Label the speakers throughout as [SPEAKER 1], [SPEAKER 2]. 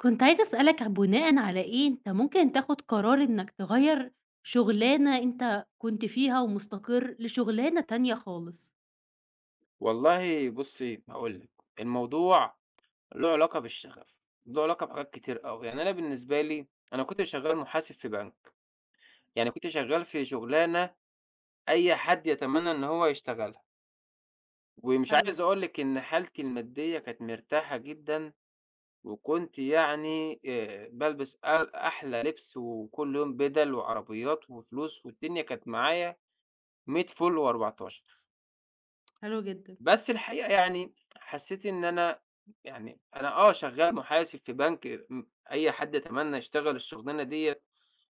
[SPEAKER 1] كنت عايزة أسألك بناءً على إيه أنت ممكن تاخد قرار إنك تغيّر شغلانة أنت كنت فيها ومستقر لشغلانة تانية خالص؟
[SPEAKER 2] والله بُصّي، هاقول لِك، الموضوع له علاقة بالشغف، له علاقة بحاجات كتير أوي، يعني أنا بالنسبة لي أنا كنت شغّال محاسب في بنك، يعني كنت شغّال في شُغلانة أي حد يتمنّى إن هو يشتغلها، ومش
[SPEAKER 1] حلو،
[SPEAKER 2] عايز أقول لِك إن حالتي المادية كانت مرتاحة جدًا، وكنت يعني بالبس أحلى لِبس وكل يوم بِدَل وعربيات وفلوس والدنيا كانت معايا مِيّة فُل وأربعتاشر.
[SPEAKER 1] حلو جدًا.
[SPEAKER 2] بس الحقيقة يعني حسّيت إن أنا يعني أنا آه شغّال محاسب في بنك أي حد يتمنّى يشتغل الشُغلانة ديّة،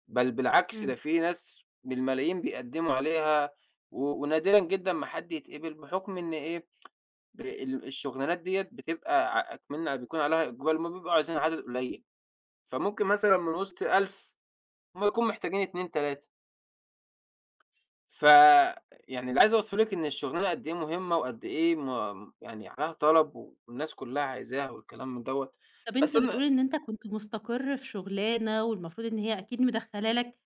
[SPEAKER 2] بل بالعكس ده
[SPEAKER 1] إمم.
[SPEAKER 2] في ناس بالملايين بيقدّموا عليها و ونادرًا جدًا ما حد يتقبل بحُكم إن إيه، ب ال الشُغلانات ديّة بتبقى أكمن بيكون عليها إقبال وهُم بيبقوا عايزين عدد قليّل، فممكن مثلًا من وِسط 1000 هُم يكونوا محتاجين 2، 3. ف يعني اللي عايز أوصّله لِك إن الشغلانة قد إيه مهمة وقد إيه يعني عليها طلب والناس كلّها عايزاها والكلام من دوّة،
[SPEAKER 1] طب
[SPEAKER 2] بس
[SPEAKER 1] أنت
[SPEAKER 2] أنا
[SPEAKER 1] بتقول إن أنت كنت مستقر في شغلانة والمفروض إن هي أكيد مدخّلة لك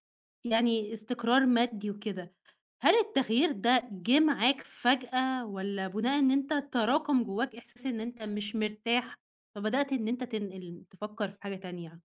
[SPEAKER 1] يعني استقرار مادي وكده، هل التغيير ده جِه معاك فجأة والّا بناءً إن أنت تراكم جواك إحساس إن أنت مش مرتاح، فبدأت إن أنت تنقل تفكّر في حاجة تانية؟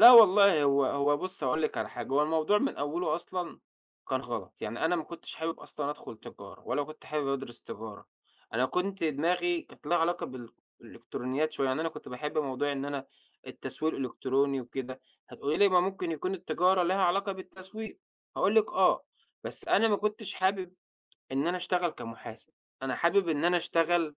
[SPEAKER 2] لا والله هو بُصّي هاقول لِك على حاجة، هو الموضوع من أوّله أصلًا كان غلط، يعني أنا ما كنتش حابب أصلًا أدخل تجارة ولا كنت حابب أدرس تجارة، أنا كنت دماغي كانت لها علاقة بالإلكترونيات شوية، يعني أنا كنت باحب موضوع إن أنا التسويق الإلكتروني وكده، هتقولي لي ما ممكن يكون التجارة لها علاقة بالتسويق، هاقول لِك آه، بس أنا ما كنتش حابب إن أنا أشتغل كمحاسب، أنا حابب إن أنا أشتغل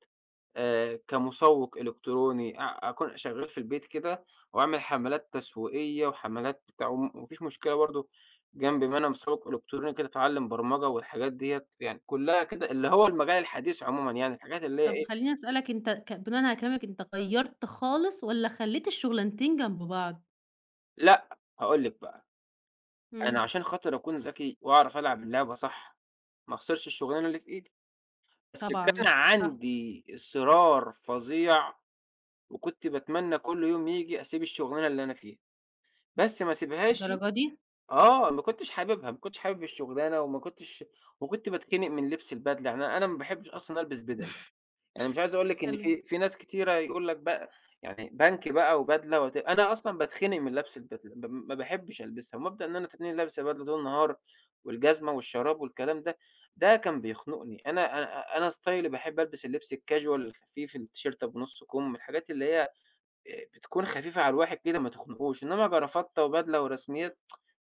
[SPEAKER 2] كمسوّق إلكتروني، أكون شغّال في البيت كده وأعمل حملات تسويقية وحملات بتاع وما فيش مشكلة برضه جنب ما أنا مسوّق إلكتروني كده أتعلّم برمجة والحاجات ديّة، يعني كُلّها كده اللي هو المجال الحديث عمومًا يعني، الحاجات اللي هي
[SPEAKER 1] طب
[SPEAKER 2] إيه.
[SPEAKER 1] خلّيني أسألك، أنت ك بناءً على كلامك أنت غيّرت خالص والّا خلّيت الشغلانتين جنب بعض؟
[SPEAKER 2] لأ، هاقول لِك بقى، أنا
[SPEAKER 1] إمم،
[SPEAKER 2] عشان خاطر أكون ذكي وأعرف ألعب اللعبة صح، ما أخسرش الشغلانة اللي في إيدي، بس كان
[SPEAKER 1] طبعًا، صح.
[SPEAKER 2] عندي إصرار فظيع وكنت باتمنى كل يوم ييجي أسيب الشغلانة اللي أنا فيها، بس ما أسيبهاش.
[SPEAKER 1] للدرجة دي!
[SPEAKER 2] آه، ما كنتش حاببها، ما كنتش حابب الشغلانة وما كنتش، وكنت باتخنق من لبس البدلة، يعني أنا ما باحبش أصلًا ألبس بدل، يعني مش عايز أقول لِك إن
[SPEAKER 1] حلو،
[SPEAKER 2] في ناس كتيرة يقول لك بقى يعني بنك بقى وبدلة أنا أصلًا باتخنق من لبس البدلة، ما باحبش ألبسها، ومبدأ إن أنا تلاقيني لابس بدلة طول النهار والجزمة والشراب والكلام ده، ده كان بيخنقني، أنا ستايلي باحب ألبس اللبس الcasual الخفيف، التيشيرت أبو نُص كُم، الحاجات اللي هي بتكون خفيفة على الواحد كده ما تخنقوش، إنما جرافطة وبدلة ورسميات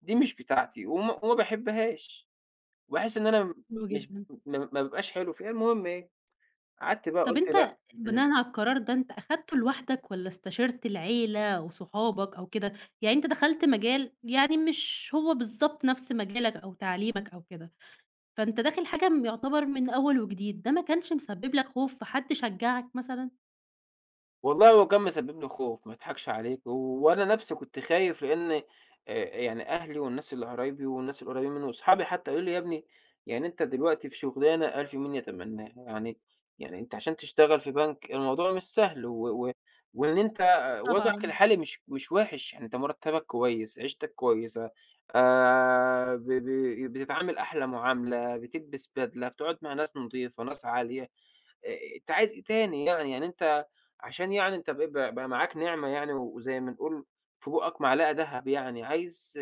[SPEAKER 2] دي مش بتاعتي وما باحبهاش، وباحس إن أنا
[SPEAKER 1] حلو
[SPEAKER 2] مش
[SPEAKER 1] جدًا.
[SPEAKER 2] ما ما بابقاش حلو فيها، المهم إيه، قعدت بقى
[SPEAKER 1] طب
[SPEAKER 2] قُلت
[SPEAKER 1] أنت
[SPEAKER 2] لأ. إمم.
[SPEAKER 1] بناءً على القرار ده أنت أخدته لوحدك والّا استشرت العيلة وصحابك أو كده؟ يعني أنت دخلت مجال يعني مش هو بالضبط نفس مجالك أو تعليمك أو كده، فأنت داخل حاجة م يعتبر من أول وجديد، ده ما كانش مسبب لك خوف، فحد شجعك مثلًا؟
[SPEAKER 2] والله هو كان مسبب لي خوف ما اضحكش عليك، وأنا نفسي كنت خايف لإن يعني أهلي والناس اللي قرايبي والناس القريبين مني وأصحابي حتى قالوا لي: "يا ابني يعني أنت دلوقتي في شغلانة ألف مين يتمناها، يعني يعني أنت عشان تشتغل في بنك الموضوع مش سهل و وإن أنت وضعك
[SPEAKER 1] طبعًا،
[SPEAKER 2] الحالي مش وِحِش، يعني أنت مرتبك كويس، عيشتك كويسة، ب ب بتتعامل أحلى معاملة، بتلبس بدلة، بتقعد مع ناس نضيفة، ناس عالية، أنت عايز إيه تاني يعني؟ يعني أنت عشان يعني أنت بقى معاك نعمة يعني وزي ما نقول في بُقّك معلقة دهب يعني، عايز آه،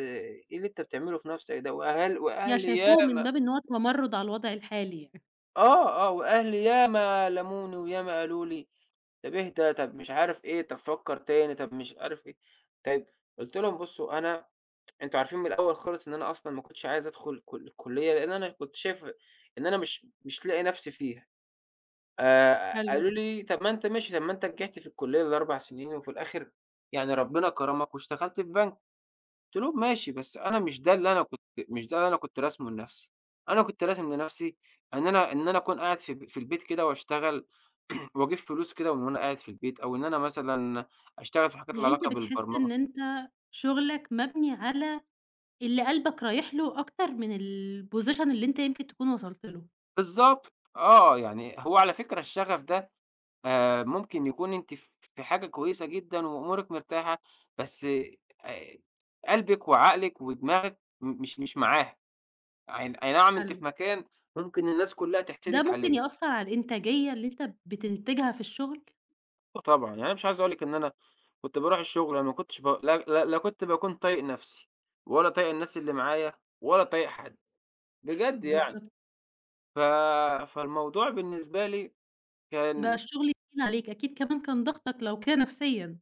[SPEAKER 2] إيه اللي أنت بتعمله في نَفْسك ده؟ وأهل
[SPEAKER 1] يعني
[SPEAKER 2] وأهلي
[SPEAKER 1] شايفوه من باب إن هو تمرُّد على الوضع الحالي يعني.
[SPEAKER 2] آه، آه، وأهلي ياما لَموني وياما قالوا لي: طَب اهدى، طَب مش عارف إيه، طَب فكّر تاني، طَب مش عارف إيه. طيب قُلت لهم: بُصّوا أنا أنتم عارفين من الأول خالص إن أنا أصلًا ما كنتش عايز أدخُل كل الكُلّية، لإن أنا كنت شايف إن أنا مش لاقي نَفْسي فيها.
[SPEAKER 1] حلو.
[SPEAKER 2] قالوا لي: طب ما أنت ماشي، طب ما أنت نجحت في الكلية ال4 سنين وفي الآخر يعني ربنا كرمك واشتغلت في بنك. قُلت لهم: ماشي، بس أنا مش ده اللي أنا كنت مش ده اللي أنا كنت راسمه لنفسي. أنا كنت راسم لنفسي إن أنا أكون قاعد في في البيت كده واشتغل وأجيب فلوس كده من وأنا قاعد في البيت، أو إن أنا مثلًا أشتغل في حاجات ليها
[SPEAKER 1] يعني أنت
[SPEAKER 2] علاقة
[SPEAKER 1] بتحس
[SPEAKER 2] بالبرمجة.
[SPEAKER 1] إن أنت شغلك مبني على اللي قلبك رايح له أكتر من الposition اللي أنت يمكن تكون وصلت له.
[SPEAKER 2] بالضبط، آه، يعني هو على فكرة الشغف ده ممكن يكون أنتِ في حاجة كويسة جدًا وأمورِك مرتاحة، بس آآ قلبِك وعقلِك ودماغِك م مش مش معاها، أي نعم أنتِ
[SPEAKER 1] حلو.
[SPEAKER 2] في مكان ممكن الناس كلّها
[SPEAKER 1] ده
[SPEAKER 2] تحسدِك
[SPEAKER 1] ممكن
[SPEAKER 2] عليه،
[SPEAKER 1] يأثّر على الإنتاجية اللي أنت بتنتجها في الشغل؟
[SPEAKER 2] آه طبعًا، يعني أنا مش عايز أقول لِك إن أنا كنت باروح الشغل أنا ما كنتش لا لا لا كنت باكون طايق نَفْسي ولا طايق الناس اللي معايا ولا طايق حد، بجد يعني.
[SPEAKER 1] بالضبط.
[SPEAKER 2] ف فالموضوع بالنسبة لي
[SPEAKER 1] بقى
[SPEAKER 2] كان
[SPEAKER 1] الشغل تقيل عليك، أكيد كمان كان ضغطك لو كده نفسيًا.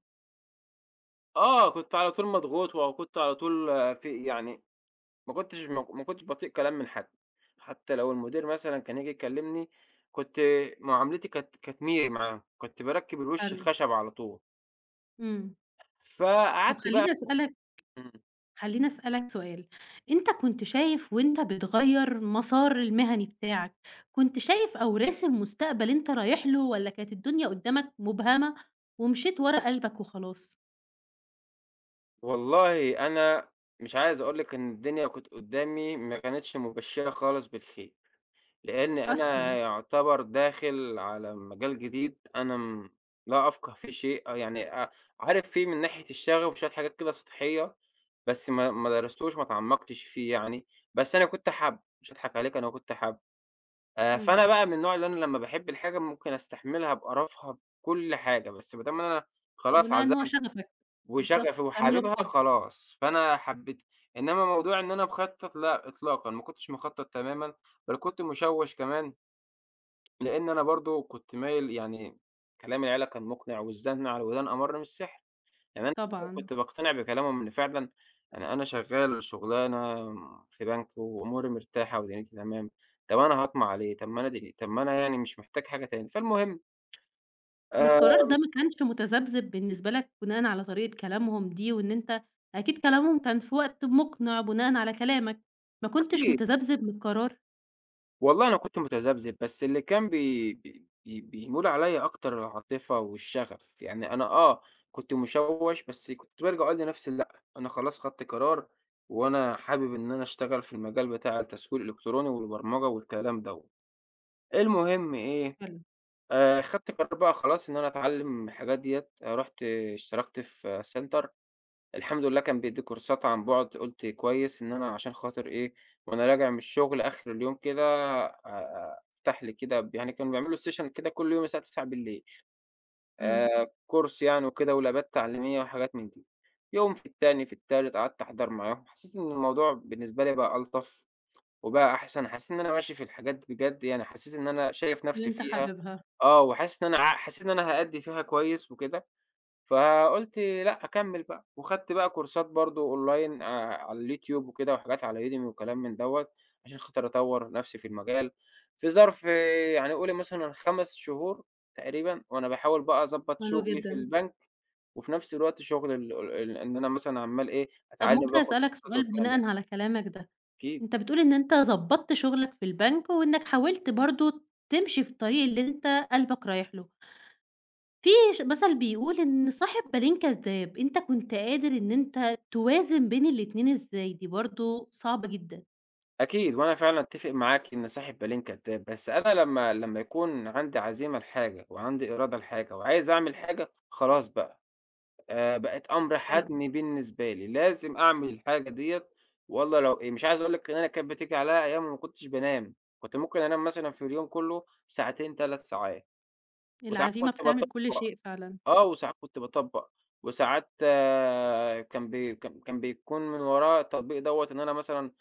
[SPEAKER 2] آه، كنت على طول مضغوط وكنت على طول في يعني ما كنتش باطيق كلام من حد، حتى لو المدير مثلًا كان ييجي يكلمني، كنت معاملتي كانت ميري معاه، كنت باركّب الوش
[SPEAKER 1] حلو.
[SPEAKER 2] الخشب على طول،
[SPEAKER 1] إمم. طب
[SPEAKER 2] فقعدت بقى.
[SPEAKER 1] خلّيني أسألك
[SPEAKER 2] إمم،
[SPEAKER 1] خلّيني أسألك سؤال، أنت كنت شايف وأنت بتغيّر مسار المهني بتاعك، كنت شايف أو راسم مستقبل أنت رايح له والّا كانت الدنيا قدّامك مبهمة ومشيت ورا قلبك وخلاص؟
[SPEAKER 2] والله أنا مش عايز أقول لِك إن الدنيا كانت قدّامي ما كانتش مبشرة خالص بالخير. لإن أنا
[SPEAKER 1] أصلًا؟
[SPEAKER 2] يعتبر داخل على مجال جديد أنا لا أفقه فيه شيء، أو يعني عارف فيه من ناحية الشغف وشوية حاجات كده سطحية، بس ما درستوش ما اتعمقتش فيه يعني، بس أنا كنت حابه، مش هاضحك عليك أنا كنت حابه.
[SPEAKER 1] إمم،
[SPEAKER 2] فأنا بقى من النوع اللي أنا لمّا باحب الحاجة ممكن أستحملها بقرفها بكل حاجة، بس ما دام أنا خلاص
[SPEAKER 1] بناءً إن هو
[SPEAKER 2] عزمت
[SPEAKER 1] شغفك، بالضبط،
[SPEAKER 2] وشغفي
[SPEAKER 1] تعمله
[SPEAKER 2] وحاببها
[SPEAKER 1] بحُب.
[SPEAKER 2] خلاص، فأنا حبيتها. إنما موضوع إن أنا مخطط لأ إطلاقًا، ما كنتش مخطط تمامًا، بل كنت مشوش كمان. لإن أنا برضه كنت مايل يعني كلام العيلة كان مقنع والزن على الودان أمَرّ من السحر، يعني أنا
[SPEAKER 1] طبعًا،
[SPEAKER 2] كنت باقتنع بكلامهم إن فعلًا يعني أنا شغال شغلانة في بنك وأموري مرتاحة ودنيتي تمام، طب أنا هاطمع ليه؟ طب ما أنا يعني مش محتاج حاجة تاني، فالمهم
[SPEAKER 1] ما
[SPEAKER 2] آآ
[SPEAKER 1] القرار ده ما كانش متذبذب بالنسبة لك بناءً على طريقة كلامهم دي وإن أنت أكيد كلامهم كان في وقت مقنع بناءً على كلامك، ما كنتش
[SPEAKER 2] أكيد
[SPEAKER 1] متذبذب من القرار؟
[SPEAKER 2] والله أنا كنت متذبذب، بس اللي كان بي بي بي بيمول عليّا أكتر العاطفة والشغف، يعني أنا آه، كنت مشوّش بس كنت بارجع أقول لنفسي لأ، أنا خلاص خدت قرار وأنا حابب إن أنا أشتغل في المجال بتاع التسويق الإلكتروني والبرمجة والكلام دوّة. المهم إيه،
[SPEAKER 1] حلو،
[SPEAKER 2] خدت قرار بقى خلاص إن أنا أتعلّم الحاجات ديّة، رُحت اشتركت في Center الحمد لله كان بيدّي كورسات عن بُعد، قُلت كويس إن أنا عشان خاطر إيه، وأنا راجع من الشغل آخر اليوم كده أفتح لي كده يعني كانوا بيعملوا session كده كل يوم الساعة 21:00
[SPEAKER 1] إمم،
[SPEAKER 2] كورس يعني وكده ولابات تعليمية وحاجات من دي. يوم في التاني، في التالت قعدت أحضر معاهم، حسّيت إن الموضوع بالنسبة لي بقى ألطف وبقى أحسن، حسّيت إن أنا ماشي في الحاجات بجد يعني، حسّيت إن أنا شايف
[SPEAKER 1] اللي
[SPEAKER 2] نَفْسي
[SPEAKER 1] أنت
[SPEAKER 2] فيها،
[SPEAKER 1] حاببها،
[SPEAKER 2] آه، وحاسس إن أنا ع حسّيت إن أنا هأدّي فيها كويس وكده. فقُلت لأ أكمّل بقى، وخدت بقى كورسات برضه online على اليوتيوب وكده وحاجات على Udemy وكلام من دوّة، عشان خاطر أطوّر نَفْسي في المجال. في ظرف يعني قولي مثلًا 5 شهور تقريبًا، وأنا باحاول بقى أضبّط
[SPEAKER 1] حلو
[SPEAKER 2] شغلي
[SPEAKER 1] جدًا.
[SPEAKER 2] في البنك، وفي نَفْس الوقت شغل ال ال إن أنا مثلًا عمّال إيه،
[SPEAKER 1] طب
[SPEAKER 2] أتعلّم
[SPEAKER 1] ممكن
[SPEAKER 2] وآخُد
[SPEAKER 1] أسألك
[SPEAKER 2] كورسات
[SPEAKER 1] سؤال
[SPEAKER 2] والكلام
[SPEAKER 1] بناءً
[SPEAKER 2] ده.
[SPEAKER 1] على كلامك ده،
[SPEAKER 2] أكيد،
[SPEAKER 1] أنت بتقول إن أنت ضبّطت شغلك في البنك وإنك حاولت برضه تمشي في الطريق اللي أنت قلبك رايح له، في ش مثل بيقول إن صاحب بالين كذاب، أنت كنت قادر إن أنت توازن بين الاتنين إزاي؟ دي برضه صعبة جدًا.
[SPEAKER 2] أكيد، وأنا فعلًا أتّفق معاكِ إن صاحب بالين كدّاب، بس أنا لمّا يكون عندي عزيمة لحاجة وعندي إرادة لحاجة وعايز أعمل حاجة، خلاص بقى. بقت أمر
[SPEAKER 1] حلو،
[SPEAKER 2] حتمي بالنسبة لي، لازم أعمل الحاجة ديّة. والله لو إيه، مش عايز أقول لِك إن أنا كانت بتيجي عليَّ أيام ما كنتش بانام، كنت ممكن أنام مثلًا في اليوم كله ساعتين، 3 ساعات، وساعات
[SPEAKER 1] العزيمة
[SPEAKER 2] كنت
[SPEAKER 1] بتعمل كل
[SPEAKER 2] باطبّق
[SPEAKER 1] شيء فعلًا.
[SPEAKER 2] آه، وساعات كنت باطبّق، وساعات آه، كان كان بيكون من وراه التطبيق دوّة إن أنا مثلًا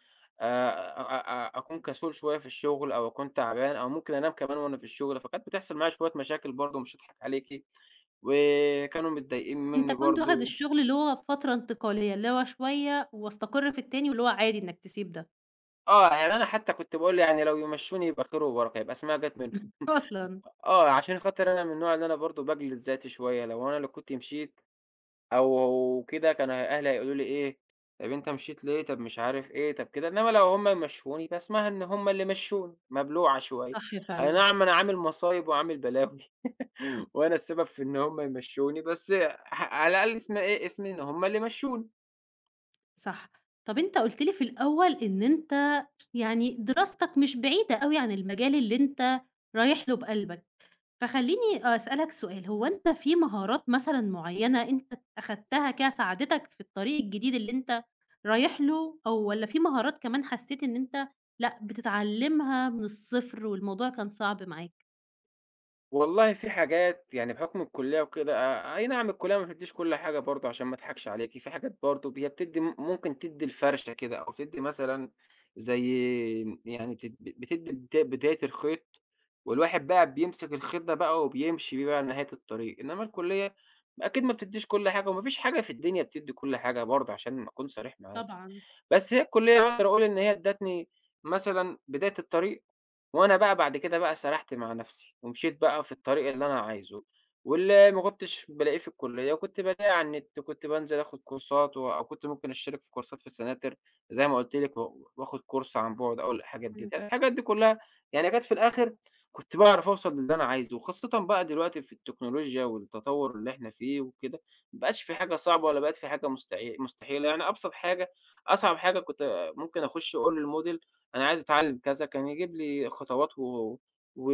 [SPEAKER 2] آآ أ أ أكون كسول شوية في الشغل أو أكون تعبان أو ممكن أنام كمان وأنا في الشغل، فكانت بتحصل معايا شوية مشاكل برضه مش هاضحك عليكِ، وكانوا متضايقين
[SPEAKER 1] أنت
[SPEAKER 2] منّي
[SPEAKER 1] كنت واخد
[SPEAKER 2] برضه.
[SPEAKER 1] الشغل اللي هو فترة انتقالية، اللي هو شوية واستقر في التاني واللي هو عادي إنك تسيب ده
[SPEAKER 2] آه، يعني أنا حتى كنت باقول يعني لو يمشّوني يبقى خير وبركة، يبقى اسمها جات منهم.
[SPEAKER 1] أصلًا.
[SPEAKER 2] آه، عشان خاطر أنا من النوع اللي أنا برضه باجلد ذاتي شوية، لو أنا اللي كنت مشيت أو كده كان أهلي هيقولوا لي إيه، طب أنت مشيت ليه، طب مش عارف إيه، طب كده، إنّما لو هم يمشّوني يبقى اسمها إن هم اللي مشّوني، مبلوعة شوية.
[SPEAKER 1] صح
[SPEAKER 2] أي
[SPEAKER 1] فعلًا،
[SPEAKER 2] نعم أنا عامل مصايب وعامل بلاوي وأنا السبب في إن هم يمشّوني، بس على الأقل اسم إيه، اسمي إن هم اللي مشّوني.
[SPEAKER 1] صح. طب أنت قُلت لي في الأول إن أنت يعني دراستك مش بعيدة أوي عن المجال اللي أنت رايح له بقلبك، فخلّيني أسألك سؤال، هو أنت في مهارات مثلًا معيّنة أنت أخدتها كده ساعدتك في الطريق الجديد اللي أنت رايح له، أو والّا في مهارات كمان حسّيت إن أنت لأ، بتتعلمها من الصفر والموضوع كان صعب معاك؟
[SPEAKER 2] والله في حاجات يعني بحكم الكلية وكده آه، أي نعم الكلية ما بتديش كل حاجة برضه عشان ما أضحكش عليكِ، في حاجات برضه هي بتدي ممكن تدي الفرشة كده أو تدي مثلًا زي يعني بتدي بداية الخيط، والواحد بقى بيمسك الخيط ده بقى وبيمشي بيه بقى لنهاية الطريق، إنما الكلية أكيد ما بتديش كل حاجة وما فيش حاجة في الدنيا بتدي كل حاجة برضه عشان أكون صريح معاكِ.
[SPEAKER 1] طبعًا،
[SPEAKER 2] بس هي الكلية أقدر أقول إن هي ادّتني مثلًا بداية الطريق، وأنا بقى بعد كده بقى سرحت مع نفسي، ومشيت بقى في الطريق اللي أنا عايزه، واللي ما كنتش بالاقيه في الكلية كنت بالاقيه على النت، كنت بانزل آخد كورسات أو كنت ممكن أشترك في كورسات في السناتر زي ما قُلت لِك، وآخد كورس عن بُعد أو الحاجات دي،
[SPEAKER 1] إمم،
[SPEAKER 2] يعني الحاجات دي كلّها يعني جات في الآخر كنت باعرف أوصل للي أنا عايزه، وخاصةً بقى دلوقتي في التكنولوجيا والتطوّر اللي إحنا فيه وكده، ما بقاش في حاجة صعبة ولا بقت في حاجة مستحيلة، يعني أبسط حاجة أصعب حاجة كنت ممكن أخش أقول للموديل أنا عايز أتعلم كذا، كان يجيب لي خطوات و و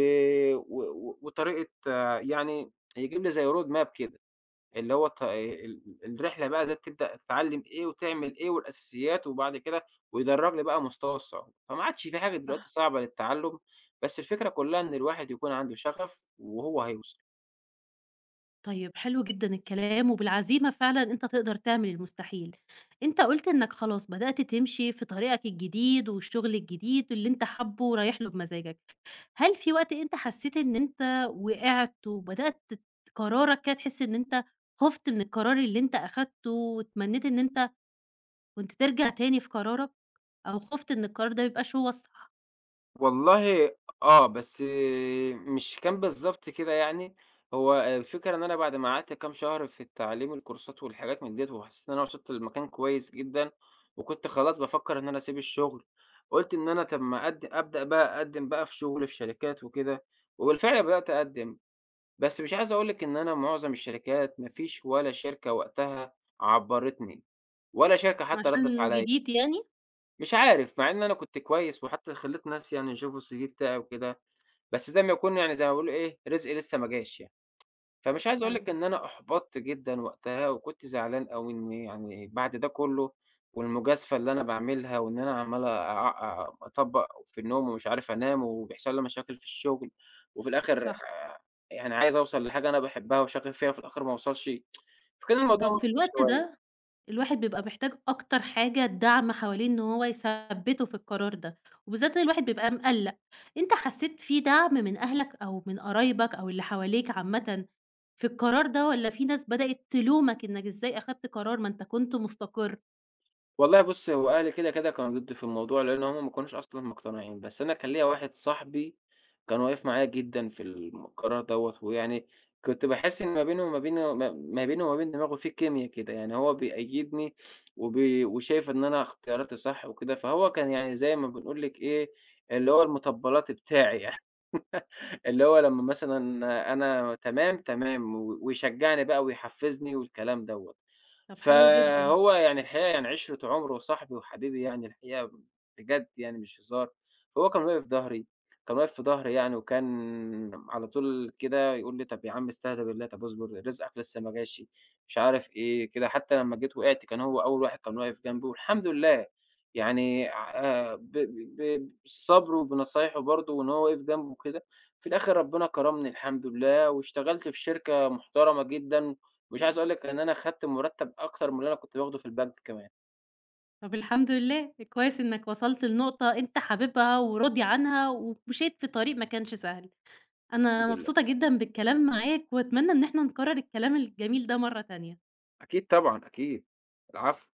[SPEAKER 2] و وطريقة آه، يعني يجيب لي زي road map كده، اللي هو الط ال الرحلة بقى إزاي تبدأ تتعلم إيه وتعمل إيه والأساسيات، وبعد كده ويدرّج لي بقى مستوى الصعوبة، فما عادش في حاجة دلوقتي
[SPEAKER 1] صح.
[SPEAKER 2] صعبة للتعلم، بس الفكرة كلها إن الواحد يكون عنده شغف وهو هيوصل.
[SPEAKER 1] طيب حلو جدًا الكلام، وبالعزيمة فعلًا أنت تقدر تعمل المستحيل. أنت قُلت إنك خلاص بدأت تمشي في طريقك الجديد والشغل الجديد اللي أنت حابه ورايح له بمزاجك. هل في وقت أنت حسيت إن أنت وقعت وبدأت ت قرارك كده تحس إن أنت خُفت من القرار اللي أنت أخدته واتمنيت إن أنت كنت ترجع تاني في قرارك، أو خُفت إن القرار ده ما يبقاش هو الصح
[SPEAKER 2] والله آه، بس مش كان بالضبط كده يعني، هو الفكرة إن أنا بعد ما قعدت كام شهر في التعليم الكورسات والحاجات من ديّة، وحسيت إن أنا وصلت لمكان كويس جدًا، وكنت خلاص بافكّر إن أنا أسيب الشغل، قُلت إن أنا طب ما أبدأ بقى أقدّم بقى في شغل في شركات وكده، وبالفعل بدأت أقدّم، بس مش عايز أقول لِك إن أنا معظم الشركات ما فيش ولا شركة وقتها عبّرتني، ولا شركة حتى ردّت
[SPEAKER 1] عشان
[SPEAKER 2] عليَّ.
[SPEAKER 1] جديد يعني؟
[SPEAKER 2] مش عارف، مع إن أنا كنت كويس وحتى خلّيت ناس يعني يشوفوا الCV بتاعي وكده، بس زي ما يكون يعني زي ما بيقولوا إيه، رزقي لسه ما جاش يعني. فمش عايز أقول
[SPEAKER 1] حلو،
[SPEAKER 2] لِك إن أنا أُحبطت جدًا وقتها وكنت زعلان أوي إن يعني بعد ده كُلّه والمجازفة اللي أنا باعملها وإن أنا عمّال أع أ أطبّق في النوم ومش عارف أنام وبيحصل لي مشاكل في الشغل وفي الآخر
[SPEAKER 1] صح.
[SPEAKER 2] آه، يعني عايز أوصل لحاجة أنا باحبها وشاغف فيها وفي الآخر ما أوصلش، فكان الموضوع
[SPEAKER 1] طب في
[SPEAKER 2] محبط
[SPEAKER 1] الوقت
[SPEAKER 2] شوية.
[SPEAKER 1] ده، الواحد بيبقى محتاج أكتر حاجة دعم حواليه إن هو يثبّته في القرار ده، وبالذات إن الواحد بيبقى مقلّق، أنت حسّيت في دعم من أهلك أو من قرايبك أو اللي حواليك عامةً في القرار ده والّا في ناس بدأت تلومك إنك إزاي أخدت قرار ما أنت كنت مستقر؟
[SPEAKER 2] والله بُص، هو أهلي كده كانوا ضدّي في الموضوع، لإن هم ما كانوش أصلًا مقتنعين، بس أنا كان ليّا واحد صاحبي كان واقف معايا جدًا في القرار دوّة، ويعني كنت باحس إن ما بينه وما بين دماغه في كيميا كده، يعني هو بيأيّدني وشايف إن أنا اختياراتي صح وكده، فهو كان يعني زي ما بنقول لِك إيه، اللي هو المطبّلاطي بتاعي يعني، اللي هو لمّا مثلًا أنا تمام، تمام، و ويشجّعني بقى ويحفّزني والكلام دوّة.
[SPEAKER 1] طب حلو جدًا.
[SPEAKER 2] فهو يعني الحقيقة يعني عِشرة عُمري وصاحبي وحبيبي يعني الحقيقة بجد يعني مش هزار، فهو كان واقف في ضهري، كان واقف في ضهري يعني وكان على طول كده يقول لي: طَب يا عم استهدى بالله، طَب اصبر رزقك لسه ما جاش. مش عارف إيه كده، حتى لمّا جيت وقعت كان هو أول واحد كان واقف جنبي والحمد لله، يعني ب ب بالصبر وبنصايحه برضه وإن هو وقف جنبه وكده، في الآخر ربنا كرمني الحمد لله واشتغلت في شركة محترمة جدًا. مش عايز أقول لك إن أنا خدت مرتب أكتر من اللي أنا كنت باخده في البنك كمان.
[SPEAKER 1] طب الحمد لله، كويس إنك وصلت لنقطة أنت حاببها وراضي عنها ومشيت في طريق ما كانش سهل. أنا
[SPEAKER 2] الحمد لله.
[SPEAKER 1] مبسوطة جدًا بالكلام معاك وأتمنى إن إحنا نكرر الكلام الجميل ده مرّة تانية.
[SPEAKER 2] أكيد طبعًا، أكيد. العفو.